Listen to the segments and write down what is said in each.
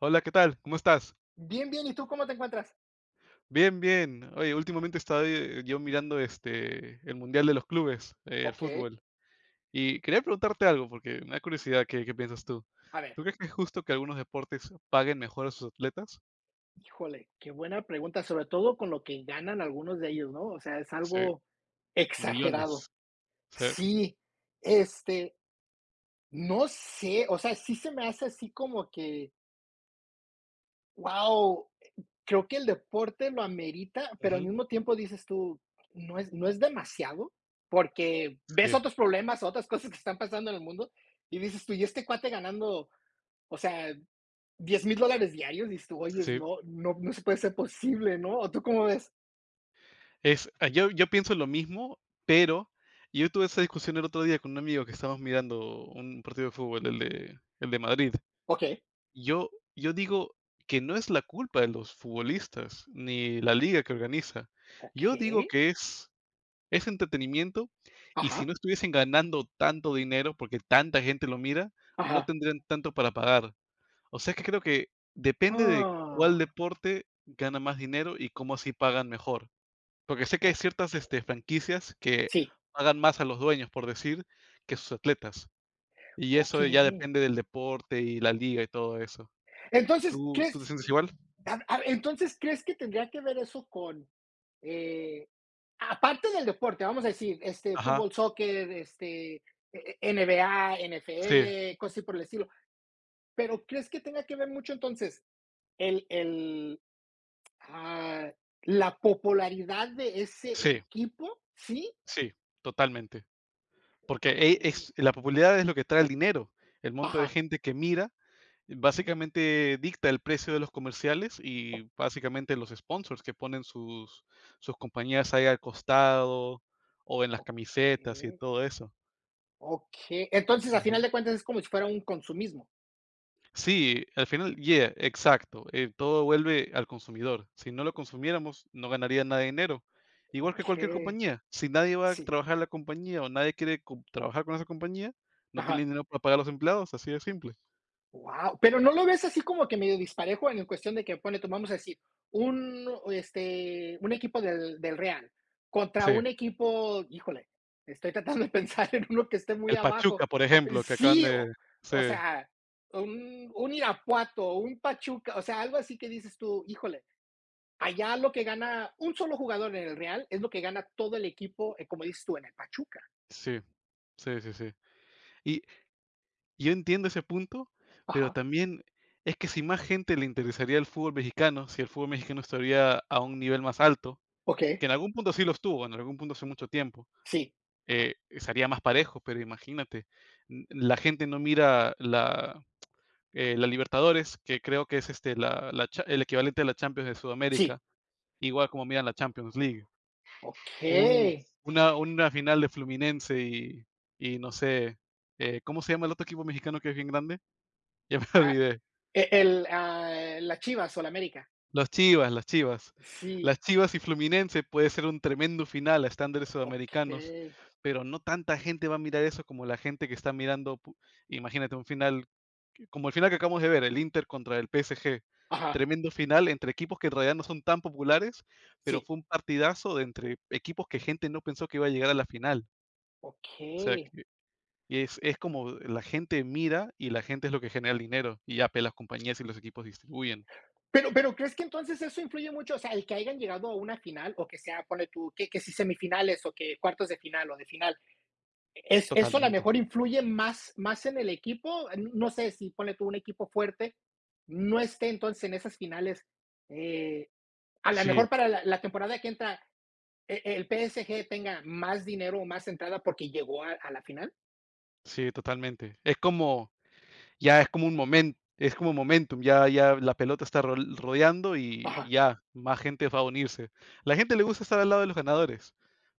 Hola, ¿qué tal? ¿Cómo estás? Bien, bien. ¿Y tú cómo te encuentras? Bien, bien. Oye, últimamente estaba yo mirando el Mundial de los Clubes, el Ok. fútbol. Y quería preguntarte algo, porque me da curiosidad qué piensas tú. A ver, ¿Tú crees que es justo que algunos deportes paguen mejor a sus atletas? híjole, qué buena pregunta, sobre todo con lo que ganan algunos de ellos, ¿no? O sea, es Sí, algo exagerado. millones. Sí, Sí, este, no sé, o sea, sí se me hace así como que, wow, creo que el deporte lo amerita, pero al ujú, mismo tiempo dices tú, no es demasiado, porque ves sí, otros problemas, otras cosas que están pasando en el mundo, y dices tú, ¿y este cuate ganando? O sea, $10,000 diarios, dices tú: "Oyes, sí. no no no se puede ser posible", ¿no? ¿O tú cómo ves? Yo pienso lo mismo, pero yo tuve esa discusión el otro día con un amigo que estábamos mirando un partido de fútbol, el de Madrid. Okey, Yo yo digo que no es la culpa de los futbolistas, ni la liga que organiza. Yo okey, digo que es entretenimiento, y si ajá, no estuviesen ganando tanto dinero, porque tanta gente lo mira, no ajá, tendrían tanto para pagar. O sea, que creo que depende de cuál ah, deporte gana más dinero y cómo así pagan mejor. Porque sé que hay ok ciertas, franquicias que sí, pagan más a los dueños, por decir, que sus atletas. Y eso ya okey. depende del deporte y la liga y todo eso. Entonces, ¿¿Tú te ¿crees? sientes igual? A entonces, ¿crees que tendría que ver eso con, eh, aparte del deporte, vamos a decir, este, Ajá. fútbol, soccer, este, NBA, Sí, NFL, cosas así por el estilo? Pero, ¿crees que tenga que ver mucho entonces el Ah, la popularidad de ese sí, equipo, ¿sí? sí, totalmente. Porque, ¿Qué? es la popularidad es lo que trae el dinero. El monto de Ajá, gente que mira, básicamente dicta el precio de los comerciales y básicamente los sponsors que ponen sus compañías ahí al costado o en las camisetas y en okey, todo eso. okey. Entonces, a final de cuentas, es como si fuera un consumismo. Sí, al final, yeah, exacto. Todo vuelve al consumidor. Si no lo consumiéramos, no ganaría nada de dinero. Igual que cualquier Okey, compañía. Si nadie va a sí, trabajar en la compañía o nadie quiere trabajar con esa compañía, no tiene ajá. dinero para pagar a los empleados, así de simple. Wow, pero, ¿no lo ves así como que medio disparejo en cuestión de que, pone tomamos a decir, un equipo del Real contra Sí. un equipo, híjole, estoy tratando de pensar en uno que esté muy El Pachuca, abajo. por ejemplo, que acaban Sí, o de... Sí, o sea, un Irapuato, un Pachuca, o sea, algo así que dices tú, híjole, allá lo que gana un solo jugador en el Real es lo que gana todo el equipo, como dices tú, en el Pachuca. sí, sí, sí, sí. Y yo entiendo ese punto, pero Ajá, también es que si más gente le interesaría el fútbol mexicano, si el fútbol mexicano estaría a un nivel más alto, okey, que en algún punto sí lo estuvo, en algún punto hace mucho tiempo, sí, estaría más parejo, pero imagínate, la gente no mira la Libertadores, que creo que es el equivalente a la Champions de sí, Sudamérica, igual como miran la Champions League. okey. Un, una final de Fluminense y no sé, ¿cómo se llama el otro equipo mexicano que es bien grande? Ya me Ah olvidé. ah, las Chivas o la América. Las Chivas. Sí, Las Chivas y Fluminense puede ser un tremendo final a estándares sudamericanos, okey. pero no tanta gente va a mirar eso como la gente que está mirando, imagínate, un final. Como el final que acabamos de ver, el Inter contra el PSG. Ajá, Tremendo final entre equipos que en realidad no son tan populares, pero sí, fue un partidazo de entre equipos que gente no pensó que iba a llegar a la final. O sea, okey. que es como la gente mira y la gente es lo que genera el dinero y ya pues, las compañías y los equipos distribuyen. Pero, ¿crees que entonces eso influye mucho? O sea, el que hayan llegado a una final o que sea, pone tú, que si semifinales o que cuartos de final o de final, ¿es eso a la Totalmente. mejor influye más en el equipo? No sé si, pone tú, un equipo fuerte no esté entonces en esas finales, eh, a la Sí, mejor para la temporada que entra, ¿El PSG tenga más dinero o más entrada porque llegó a la final? sí, totalmente. Es como ya es como un momento, es como momentum, ya la pelota está rodeando y ya, más gente va a unirse. La gente le gusta estar al lado de los ganadores.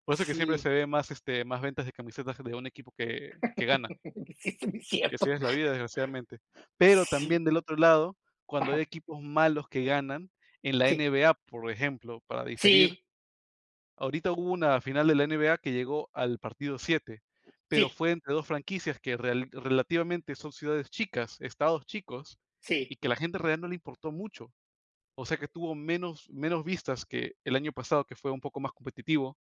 Por eso que siempre se Sí, ve más, más ventas de camisetas de un equipo que gana. sí, sí, es Y así cierto. es la vida, desgraciadamente. Pero Sí, también del otro lado, cuando hay ajá, equipos malos que ganan, en la sí, N B A por ejemplo, para diferir. sí, Ahorita hubo una final de la NBA que llegó al partido 7, pero sí, fue entre 2 franquicias que real relativamente son ciudades chicas, estados chicos, sí, y que la gente en realidad no le importó mucho. O sea que tuvo menos vistas que el año pasado, que fue un poco más competitivo,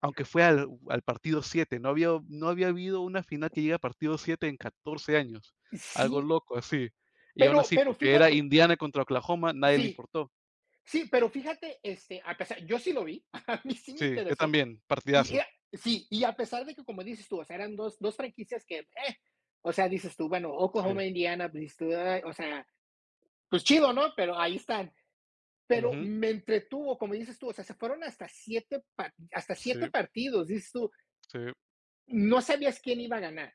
aunque fue al partido 7. No había habido una final que llegue a partido 7 en 14 años, algo sí, loco así. Y aún pero así, pero porque era fíjate, Indiana contra Oklahoma, nadie le sí, importó. sí, pero fíjate, este, a pesar yo sí lo vi, a mí sí me Sí, yo interesó, también, y partidazo. era sí, y a pesar de que, como dices tú, o sea, eran dos franquicias que, o sea, dices tú, bueno, Sí. Oklahoma, Indiana, pues, dices tú, ay, o sea, pues chido, ¿no? Pero ahí están. Pero Ujú. me entretuvo, como dices tú, o sea, se fueron hasta siete Sí, partidos, dices tú, sí. no sabías quién iba a ganar.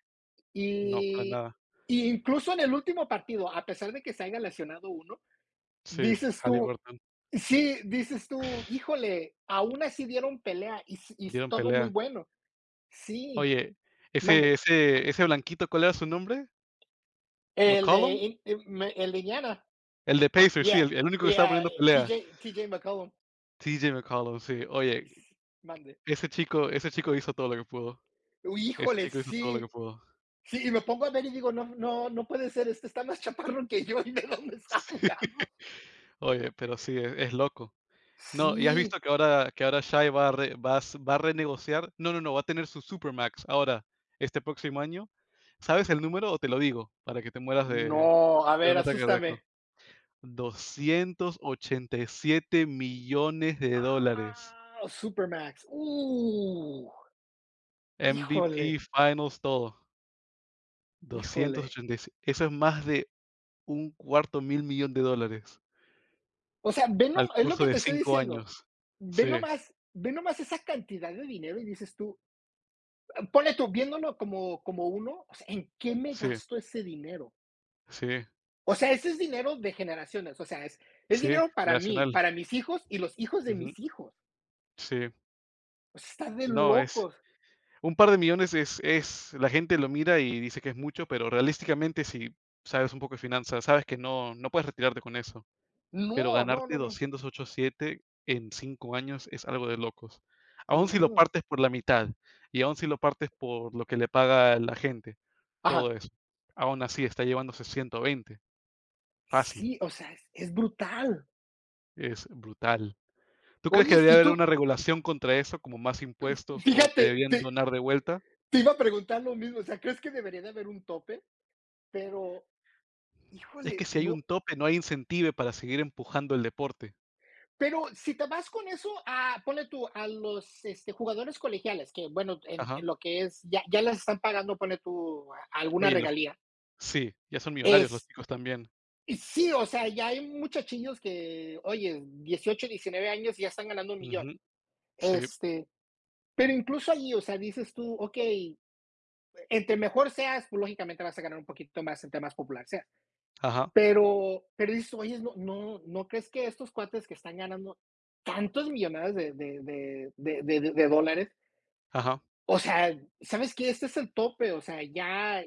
No, para Y, nada. y incluso en el último partido, a pesar de que se haya lesionado uno, Sí, dices tú, Halliburton, sí, dices tú, híjole, aún así dieron pelea y dieron todo muy pelea. bueno. Sí, Oye, mande. Ese blanquito, ¿cuál era su nombre? El de, ¿McCollum? el de Indiana. El de Pacers, sí, Yeah, el único que estaba yeah, poniendo pelea. TJ McCollum. TJ McCollum, sí. Oye, S- Mande. Ese chico hizo todo lo que pudo. Uy, Ese híjole, chico hizo todo lo que sí. pudo. Sí, y me pongo a ver y digo, no, no, no puede ser, este está más chaparro que yo y de dónde está Sí. jugando. Oye, pero sí, es loco. No, ¿y has visto Sí, que ahora Shai va a renegociar? No, no, no, va a tener su supermax ahora, este próximo año. ¿Sabes el número o te lo digo para que te mueras no, a de un ver, ataque cardíaco? asústame. $287 millones. Ah, Supermax. Uh, MVP, híjole, Finals, todo. híjole. 287. Eso es más de un cuarto mil millón de dólares O sea, ve nom al es lo curso que de te estoy 5 diciendo. años. Ve Sí, nomás, ve nomás esa cantidad de dinero y dices tú, ponle tú, viéndolo como uno, o sea, ¿en qué me sí, gasto ese dinero? sí, O sea, ese es dinero de generaciones, o sea, es sí, dinero para mí, generacional. para mis hijos y los hijos de Ujú, mis hijos. sí. O sea, está de No, es locos. un par de millones. Es la gente lo mira y dice que es mucho, pero realísticamente, si sabes un poco de finanzas, sabes que no puedes retirarte con eso. Pero No, no, ganarte no, no, 287 en 5 años es algo de locos. Aún si lo no. partes por la mitad, y aún si lo partes por lo que le paga la gente, todo Ajá. eso. Aún así está llevándose 120. Fácil, Sí, o sea, es brutal. es brutal. ¿Tú crees que Oyes, debería y haber tú, una regulación contra eso, como más impuestos o que fíjate, deberían te donar de vuelta? Te iba a preguntar lo mismo, o sea, ¿crees que debería de haber un tope? Pero, Es que híjole, si hay no. un tope, no hay incentivo para seguir empujando el deporte. Pero si te vas con eso, ponle tú a los este, jugadores colegiales, que bueno, en, Ajá. en lo que es, ya, ya les están pagando, ponle tú alguna Oye, los regalía. sí, ya son millonarios los Es, chicos también. y sí, o sea, ya hay muchachillos que, oye, 18, 19 años y ya están ganando un millón. Ujú, sí. Este, pero incluso allí, o sea, dices tú, ok, entre mejor seas, pues lógicamente vas a ganar un poquito más entre más popular seas. Ajá, Pero dices: "Oye, no no ¿no crees que estos cuates que están ganando tantos millonadas de dólares? ajá. O sea, ¿sabes qué? Este es el tope, o sea, ya,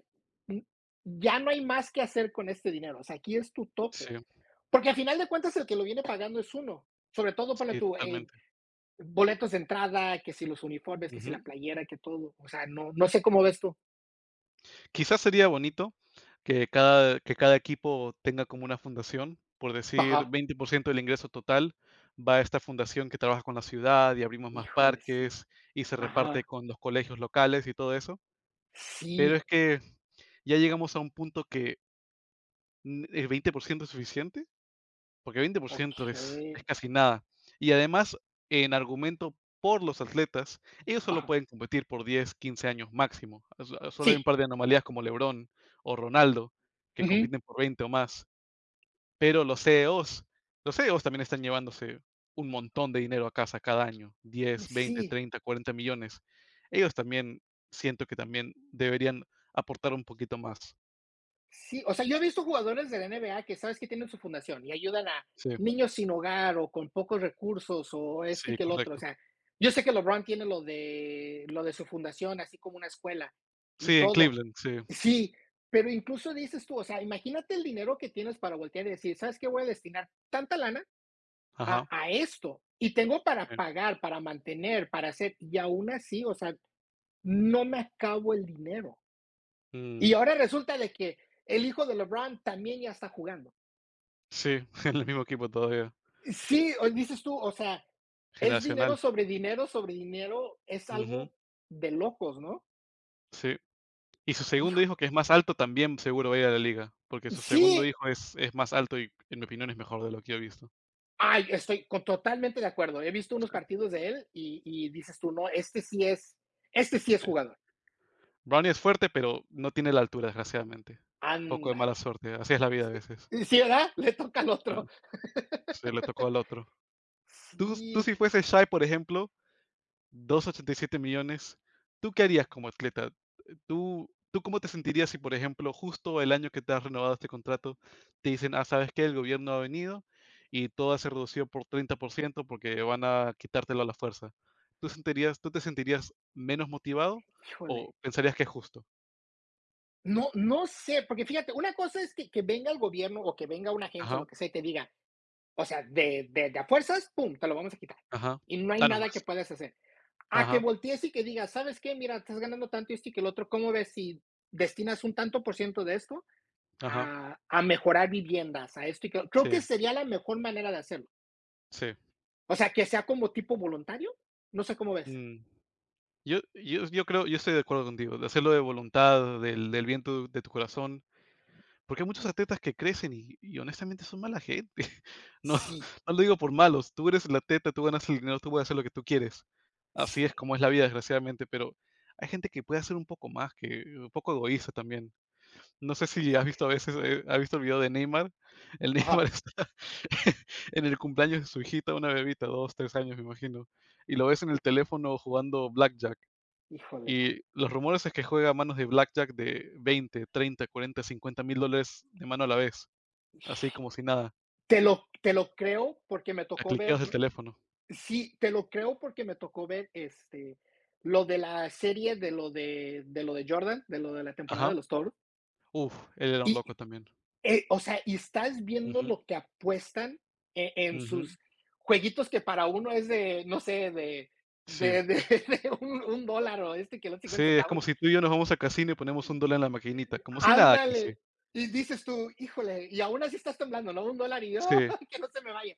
mm, ya no hay más que hacer con este dinero, o sea, aquí es tu tope". Sí, Porque al final de cuentas el que lo viene pagando es uno, sobre todo, para sí, tu totalmente. boletos de entrada, que si los uniformes, que si la Ujú. playera, que todo, o sea, no no sé cómo ves tú. Quizás sería bonito que cada equipo tenga como una fundación, por decir, Ajá. 20% del ingreso total va a esta fundación que trabaja con la ciudad y abrimos más Híjole, sí. parques y se reparte Ajá. con los colegios locales y todo eso. Pero Sí, es que ya llegamos a un punto que, el 20% es suficiente. Porque veinte por ciento es okey. casi nada. Y además, en argumento por los atletas, ellos solo Ajá. pueden competir por 10 a 15 años máximo. Solo hay un Sí. par de anomalías como LeBron o Ronaldo que Ujú. compiten por 20 o más. Pero los CEOs, los CEOs también están llevándose un montón de dinero a casa cada año, diez veinte Sí, treinta cuarenta millones. Ellos también siento que también deberían aportar un poquito más. sí, o sea, yo he visto jugadores de la NBA que sabes que tienen su fundación y ayudan a Sí, niños sin hogar o con pocos recursos o este y sí, que el otro, o correcto. sea, yo sé que LeBron tiene lo de su fundación, así como una escuela y Sí, en todo. Cleveland, sí. Sí, pero incluso dices tú, o sea, imagínate el dinero que tienes para voltear y decir, ¿sabes qué? Voy a destinar tanta lana a Ajá. a esto y tengo para Sí. pagar, para mantener, para hacer, y aún así, o sea, no me acabo el dinero. Y Mm. ahora resulta de que el hijo de LeBron también ya está jugando. Sí, en el mismo equipo todavía, Sí, dices tú, o sea, es generacional. dinero sobre dinero sobre dinero, es Ujú, algo de locos, ¿no? sí. Y su segundo Hijo. hijo, que es más alto, también seguro va a ir a la liga, porque su segundo Sí, hijo es más alto y, en mi opinión, es mejor de lo que yo he visto. ay, estoy totalmente de acuerdo. He visto Sí, unos partidos de él y dices tú, no, este sí es sí. jugador. Brownie es fuerte, pero no tiene la altura, desgraciadamente. Poco de mala Ándale. suerte, así es la vida a veces. Sí, ¿verdad? Le toca al Claro, otro. sí, le tocó al otro. Tú Sí, si fueses shy por ejemplo, 2,87 millones, ¿tú qué harías como atleta? ¿Tú cómo te sentirías si, por ejemplo, justo el año que te has renovado este contrato, te dicen, ah, sabes que el gobierno ha venido y todo se ha reducido por 30% porque van a quitártelo a la fuerza? ¿Tú te sentirías menos motivado híjole. o pensarías que es justo? No, no sé, porque fíjate, una cosa es que venga el gobierno o que venga una agencia o Ajá, lo que sea y te diga, o sea, de a fuerzas, pum, te lo vamos a quitar. ajá. Y no hay Danos nada que más. puedas hacer. A que Ajá, voltees y que digas, ¿sabes qué? Mira, estás ganando tanto esto y que el otro, ¿cómo ves si destinas un tanto por ciento de esto ajá. a mejorar viviendas, a esto y que creo Sí, que sería la mejor manera de hacerlo. sí. O sea, que sea como tipo voluntario. No sé cómo ves. Mm. Yo creo, yo estoy de acuerdo contigo, de hacerlo de voluntad, del viento de tu corazón. Porque hay muchos atletas que crecen y honestamente son mala gente. No, Sí, no lo digo por malos, tú eres el atleta, tú ganas el dinero, tú puedes hacer lo que tú quieres. Así es sí. como es la vida, desgraciadamente, pero hay gente que puede hacer un poco más, que un poco egoísta también. No sé si has visto a veces, ¿has visto el video de Neymar? El Neymar Ajá, está en el cumpleaños de su hijita, una bebita, 2 o 3 años, me imagino, y lo ves en el teléfono jugando blackjack. híjole. Y los rumores es que juega manos de blackjack de $20, 30, 40, 50 mil de mano a la vez, así como si nada, Te lo creo porque me a tocó cliqueos ver. del teléfono. Sí, te lo creo porque me tocó ver, este, lo de la serie de lo de Jordan, de lo de la temporada Ajá. de los Toros, Uf, él era un loco y, también. O sea, y estás viendo Ujú, lo que apuestan en ujú. sus jueguitos que para uno es de, no sé, Sí. De de un dólar o este que los Sí, 50 es centavos. como si tú y yo nos vamos a casino y ponemos un dólar en la maquinita, como si nada casi. Ándale, y dices tú: "Híjole", y aún así estás temblando, ¿no? Un dólar y, ¡ay, Sí. que no se me vaya!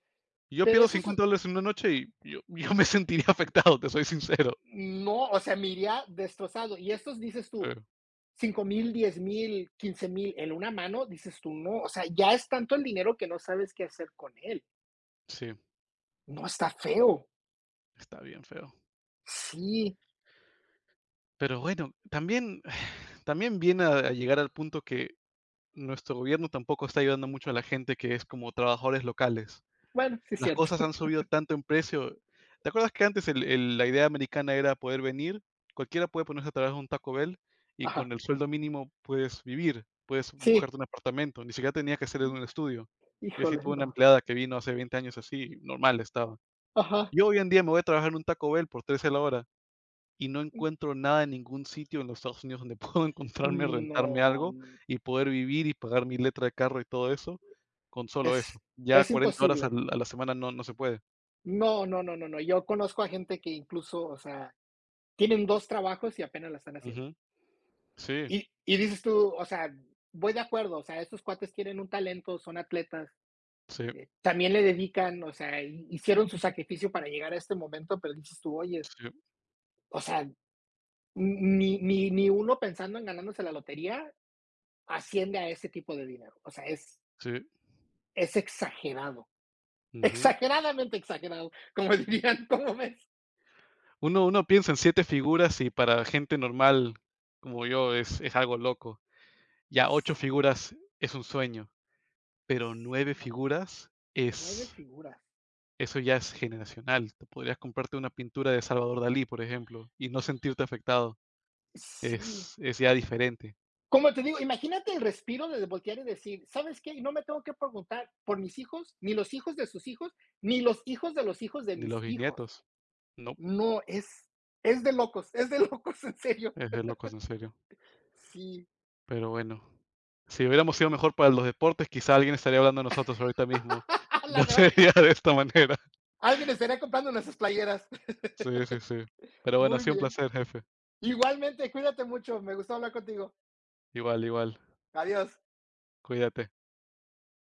Yo Pero pierdo esos $50 en una noche y yo yo me sentiría afectado, te soy sincero. no, o sea, me iría destrozado. Y estos dices tú: Pero 5,000, 10,000, 15,000 en una mano, dices tú, no, o sea, ya es tanto el dinero que no sabes qué hacer con él. sí, No está feo. está bien feo. Sí, Pero bueno, también también viene a llegar al punto que nuestro gobierno tampoco está ayudando mucho a la gente que es como trabajadores locales. bueno, sí es Las cierto. cosas han subido tanto en precio. ¿Te acuerdas que antes la idea americana era poder venir? Cualquiera puede ponerse a trabajar en un Taco Bell y Ajá. con el sueldo mínimo puedes vivir, puedes Sí, buscarte un apartamento. Ni siquiera tenía que ser en un estudio. Yo sí híjole, tuve una no. empleada que vino hace 20 años así, normal estaba. Ajá. Yo hoy en día me voy a trabajar en un Taco Bell por 13 la hora. Y no encuentro nada en ningún sitio en los Estados Unidos donde puedo encontrarme, rentarme No, algo y poder vivir y pagar mi letra de carro y todo eso, con solo es, eso. Ya es 40 horas imposible. al a la semana no se puede. No, no, no, no, no. Yo conozco a gente que incluso, o sea, tienen dos trabajos y apenas la están haciendo. Ujú. Sí, Y dices tú, o sea, voy de acuerdo, o sea, estos cuates tienen un talento, son atletas, sí, también le dedican, o sea, hicieron su sacrificio para llegar a este momento, pero dices tú, oye, sí, o sea, ni uno pensando en ganándose la lotería asciende a ese tipo de dinero. O sea, es, sí. es exagerado, Ujú. exageradamente exagerado, como dirían, ¿cómo ves? Uno piensa en 7 figuras y para gente normal como yo es algo loco. Ya 8 Sí, figuras es un sueño, pero 9 sí, figuras nueve es figuras, eso ya es generacional. Te podrías comprarte una pintura de Salvador Dalí, por ejemplo, y no sentirte afectado. sí. Es ya diferente. Como te digo, imagínate el respiro de voltear y decir, ¿sabes qué? No me tengo que preguntar por mis hijos, ni los hijos de sus hijos, ni los hijos de los hijos de Ni los mis hijos. bisnietos. No, No, es de locos, es de locos, en serio. es de locos, en serio. Sí. Pero bueno, si hubiéramos sido mejor para los deportes, quizá alguien estaría hablando de nosotros ahorita mismo Ah, y no la verdad, sería de esta manera. alguien estaría comprando nuestras playeras. Sí, sí, sí. Pero bueno, ha Muy sido un bien. placer, jefe. Igualmente, cuídate mucho. Me gustó hablar contigo. Igual, igual. Adiós. Cuídate.